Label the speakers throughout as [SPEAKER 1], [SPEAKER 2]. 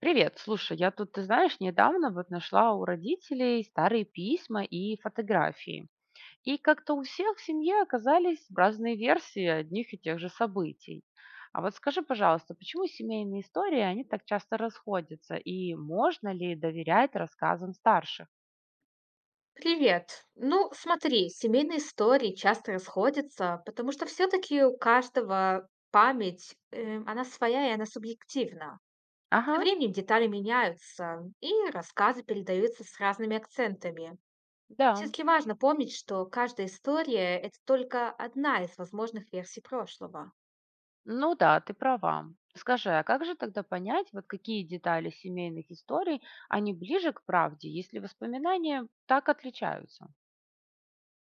[SPEAKER 1] Привет, слушай, я тут, недавно вот нашла у родителей старые письма и фотографии. И как-то у всех в семье оказались разные версии одних и тех же событий. А вот скажи, пожалуйста, почему семейные истории, они так часто расходятся? И можно ли доверять рассказам старших?
[SPEAKER 2] Привет. Ну, смотри, семейные истории часто расходятся, потому что все-таки у каждого память, она своя и она субъективна.
[SPEAKER 1] Ага,
[SPEAKER 2] Со временем детали меняются, и рассказы передаются с разными акцентами.
[SPEAKER 1] да.
[SPEAKER 2] Все-таки важно помнить, что каждая история– это только одна из возможных версий прошлого.
[SPEAKER 1] Ну да, ты права. Скажи, а как же тогда понять, вот какие детали семейных историй, они ближе к правде, если воспоминания так отличаются?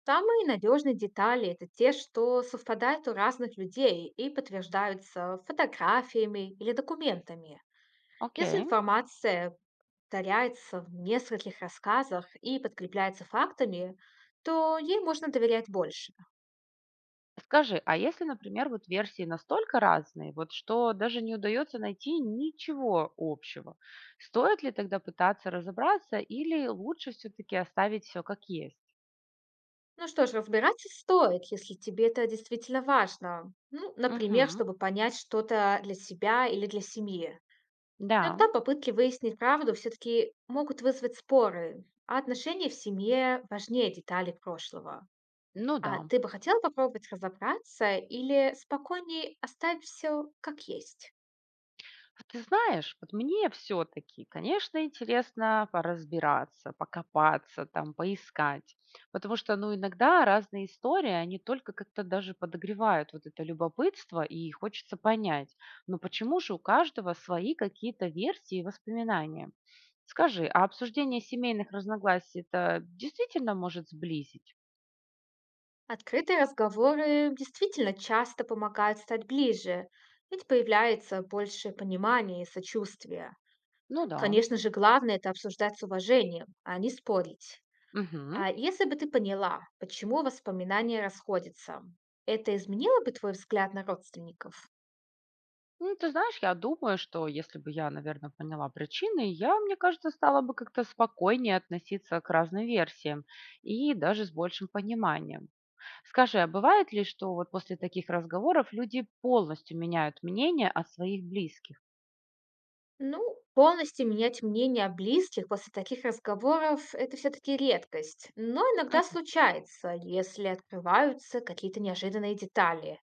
[SPEAKER 2] Самые надежные детали– это те, что совпадают у разных людей и подтверждаются фотографиями или документами. Если
[SPEAKER 1] Окей.
[SPEAKER 2] информация повторяется в нескольких рассказах и подкрепляется фактами, то ей можно доверять больше.
[SPEAKER 1] Скажи, а если, например, вот версии настолько разные, вот что даже не удается найти ничего общего, стоит ли тогда пытаться разобраться или лучше все-таки оставить все как есть?
[SPEAKER 2] Ну что ж, разбираться стоит, если тебе это действительно важно. Ну, например,
[SPEAKER 1] Мгм.
[SPEAKER 2] чтобы понять что-то для себя или для семьи.
[SPEAKER 1] Да,
[SPEAKER 2] Иногда попытки выяснить правду все-таки могут вызвать споры, а отношения в семье важнее деталей прошлого.
[SPEAKER 1] ну да.
[SPEAKER 2] А ты бы хотел попробовать разобраться или спокойнее оставить все как есть?
[SPEAKER 1] А вот мне все-таки, конечно, интересно поразбираться, покопаться, там, поискать. Потому что, ну, иногда разные истории, они только как-то даже подогревают вот это любопытство, и хочется понять, ну, почему же у каждого свои какие-то версии и воспоминания. Скажи, а обсуждение семейных разногласий это действительно может сблизить?
[SPEAKER 2] Открытые разговоры действительно часто помогают стать ближе, ведь появляется больше понимания и сочувствия.
[SPEAKER 1] Ну
[SPEAKER 2] Ну,
[SPEAKER 1] да.
[SPEAKER 2] конечно же, главное это обсуждать с уважением, а не спорить.
[SPEAKER 1] Угу.
[SPEAKER 2] А если бы ты поняла, почему воспоминания расходятся, это изменило бы твой взгляд на родственников?
[SPEAKER 1] Ну, я думаю, что если бы я, наверное, поняла причины, я, мне кажется, стала бы как-то спокойнее относиться к разным версиям и даже с большим пониманием. Скажи, а бывает ли, что вот после таких разговоров люди полностью меняют мнение о своих близких?
[SPEAKER 2] Ну, полностью менять мнение о близких после таких разговоров– это все-таки редкость, но иногда
[SPEAKER 1] Мгм.
[SPEAKER 2] случается, если открываются какие-то неожиданные детали.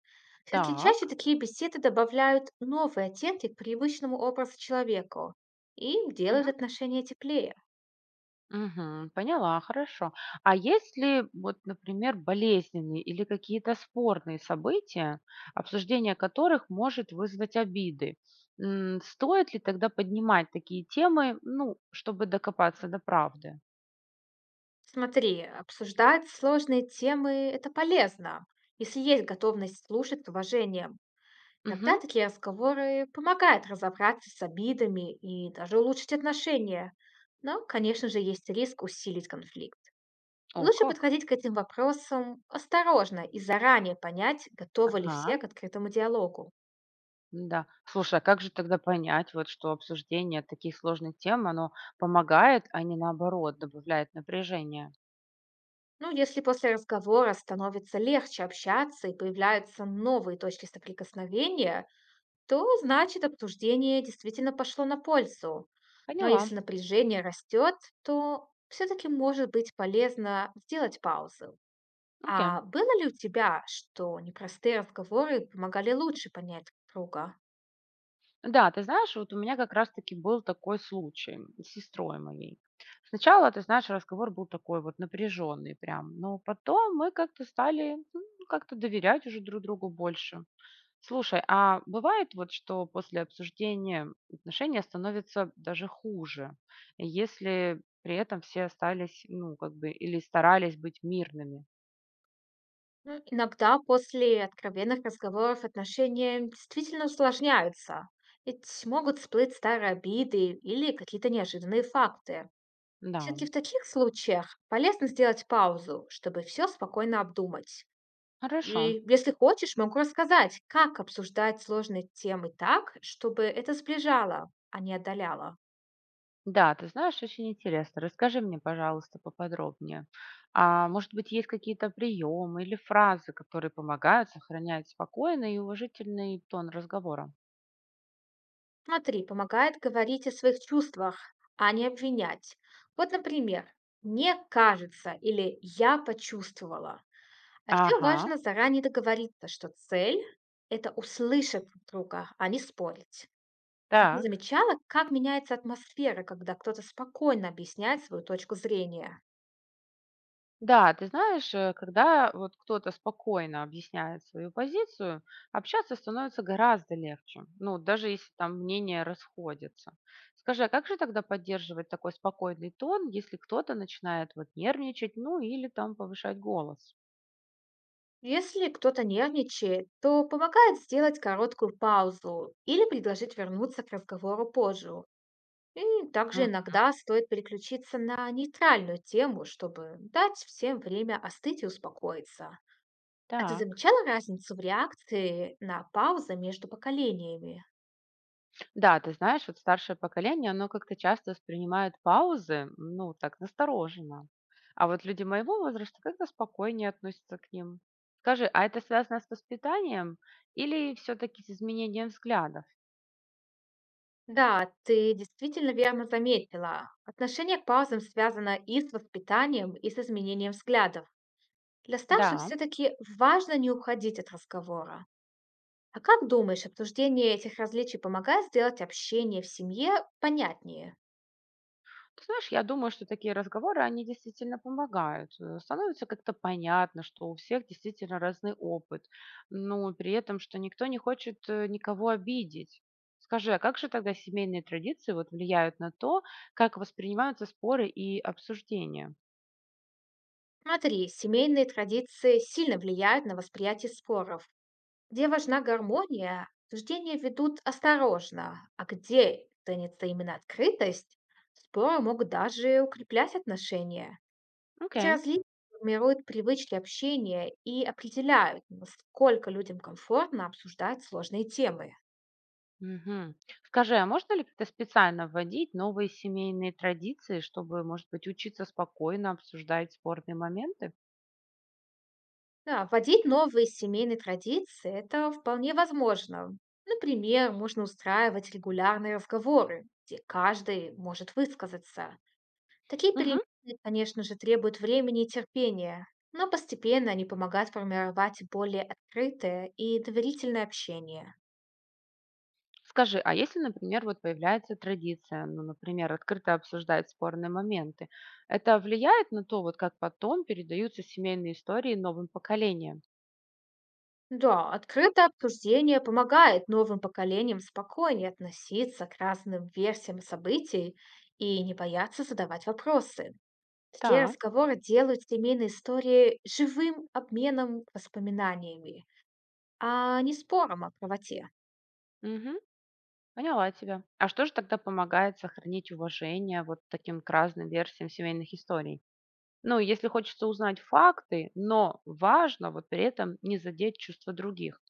[SPEAKER 2] Все-таки чаще
[SPEAKER 1] Так.
[SPEAKER 2] такие беседы добавляют новые оттенки к привычному образу человеку и делают отношения теплее.
[SPEAKER 1] Мгм. Поняла, хорошо. А если вот, например, болезненные или какие-то спорные события, обсуждение которых может вызвать обиды, стоит ли тогда поднимать такие темы, ну, чтобы докопаться до правды?
[SPEAKER 2] Смотри, обсуждать сложные темы– это полезно, если есть готовность слушать с уважением. Иногда
[SPEAKER 1] Мгм.
[SPEAKER 2] такие разговоры помогают разобраться с обидами и даже улучшить отношения. Но, конечно же, есть риск усилить конфликт.
[SPEAKER 1] О,
[SPEAKER 2] Лучше
[SPEAKER 1] как?
[SPEAKER 2] подходить к этим вопросам осторожно и заранее понять, готовы ли
[SPEAKER 1] Ага.
[SPEAKER 2] все к открытому диалогу.
[SPEAKER 1] Да. Слушай, а как же тогда понять, вот, что обсуждение таких сложных тем, оно помогает, а не наоборот, добавляет напряжение?
[SPEAKER 2] Ну, если после разговора становится легче общаться и появляются новые точки соприкосновения, то значит обсуждение действительно пошло на пользу. Но
[SPEAKER 1] Поняла.
[SPEAKER 2] если напряжение растет, то все-таки может быть полезно сделать паузу.
[SPEAKER 1] Окей.
[SPEAKER 2] А было ли у тебя, что непростые разговоры помогали лучше понять друг друга?
[SPEAKER 1] Да, вот у меня как раз-таки был такой случай с сестрой моей. Сначала, разговор был такой вот напряженный прям, но потом мы как-то стали ну, как-то доверять уже друг другу больше. Слушай, а бывает вот, что после обсуждения отношения становятся даже хуже, если при этом все остались, ну, как бы, или старались быть мирными?
[SPEAKER 2] Ну, иногда после откровенных разговоров отношения действительно усложняются, ведь могут всплыть старые обиды или какие-то неожиданные факты.
[SPEAKER 1] Да,
[SPEAKER 2] Все-таки в таких случаях полезно сделать паузу, чтобы все спокойно обдумать.
[SPEAKER 1] хорошо.
[SPEAKER 2] И если хочешь, могу рассказать, как обсуждать сложные темы так, чтобы это сближало, а не отдаляло.
[SPEAKER 1] Да, очень интересно. Расскажи мне, пожалуйста, поподробнее. А может быть, есть какие-то приемы или фразы, которые помогают сохранять спокойный и уважительный тон разговора?
[SPEAKER 2] Смотри, помогает говорить о своих чувствах, а не обвинять. Вот, например, «мне кажется» или «я почувствовала». А еще
[SPEAKER 1] Ага,
[SPEAKER 2] важно заранее договориться, что цель– это услышать друг друга, а не спорить. А ты
[SPEAKER 1] так.
[SPEAKER 2] замечала, как меняется атмосфера, когда кто-то спокойно объясняет свою точку зрения?
[SPEAKER 1] Да, когда вот кто-то спокойно объясняет свою позицию, общаться становится гораздо легче. Ну, даже если там мнения расходятся. Скажи, а как же тогда поддерживать такой спокойный тон, если кто-то начинает вот нервничать, ну или там повышать голос?
[SPEAKER 2] Если кто-то нервничает, то помогает сделать короткую паузу или предложить вернуться к разговору позже. И также иногда стоит переключиться на нейтральную тему, чтобы дать всем время остыть и успокоиться. А ты
[SPEAKER 1] Так.
[SPEAKER 2] замечала разницу в реакции на паузы между поколениями?
[SPEAKER 1] Да, вот старшее поколение, оно как-то часто воспринимает паузы, ну, так, настороженно. А вот люди моего возраста как-то спокойнее относятся к ним. Скажи, а это связано с воспитанием или все-таки с изменением взглядов?
[SPEAKER 2] Да, ты действительно верно заметила. Отношение к паузам связано и с воспитанием, и с изменением взглядов. Для
[SPEAKER 1] Да.
[SPEAKER 2] старших все-таки важно не уходить от разговора. А как думаешь, обсуждение этих различий помогает сделать общение в семье понятнее?
[SPEAKER 1] Я думаю, что такие разговоры, они действительно помогают. Становится как-то понятно, что у всех действительно разный опыт, но при этом, что никто не хочет никого обидеть. Скажи, а как же тогда семейные традиции вот влияют на то, как воспринимаются споры и обсуждения?
[SPEAKER 2] Смотри, семейные традиции сильно влияют на восприятие споров. Где важна гармония, суждения ведут осторожно, а где ценится именно открытость, споры могут даже укреплять отношения. Эти
[SPEAKER 1] Окей.
[SPEAKER 2] различия формируют привычки общения и определяют, насколько людям комфортно обсуждать сложные темы.
[SPEAKER 1] Мгм. Скажи, а можно ли как-то специально вводить новые семейные традиции, чтобы, может быть, учиться спокойно обсуждать спорные моменты?
[SPEAKER 2] Да, вводить новые семейные традиции– это вполне возможно. Например, можно устраивать регулярные разговоры, где каждый может высказаться. Такие
[SPEAKER 1] Мгм.
[SPEAKER 2] перемены, конечно же, требуют времени и терпения, но постепенно они помогают формировать более открытое и доверительное общение.
[SPEAKER 1] Скажи, а если, например, вот появляется традиция, ну, например, открыто обсуждать спорные моменты, это влияет на то, вот как потом передаются семейные истории новым поколениям?
[SPEAKER 2] Да, открытое обсуждение помогает новым поколениям спокойнее относиться к разным версиям событий и не бояться задавать вопросы. Такие
[SPEAKER 1] Так,
[SPEAKER 2] разговоры делают семейные истории живым обменом воспоминаниями, а не спором о правоте.
[SPEAKER 1] мгм, поняла тебя. А что же тогда помогает сохранить уважение вот таким к разным версиям семейных историй? Ну, если хочется узнать факты, но важно вот при этом не задеть чувства других.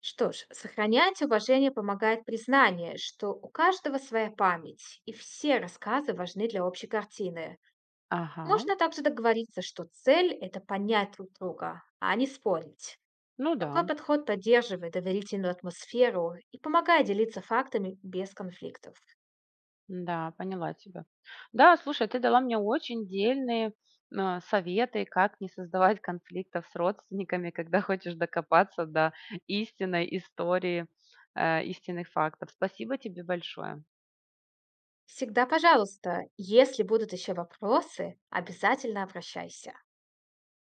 [SPEAKER 2] Что ж, сохранять уважение помогает признание, что у каждого своя память, и все рассказы важны для общей картины.
[SPEAKER 1] Ага,
[SPEAKER 2] Можно также договориться, что цель– это понять друг друга, а не спорить.
[SPEAKER 1] ну
[SPEAKER 2] Такой
[SPEAKER 1] да.
[SPEAKER 2] подход поддерживает доверительную атмосферу и помогает делиться фактами без конфликтов.
[SPEAKER 1] Да, поняла тебя. Да, слушай, ты дала мне очень дельные советы, как не создавать конфликтов с родственниками, когда хочешь докопаться до истинной истории, истинных фактов. Спасибо тебе большое.
[SPEAKER 2] Всегда пожалуйста. Если будут еще вопросы, обязательно обращайся.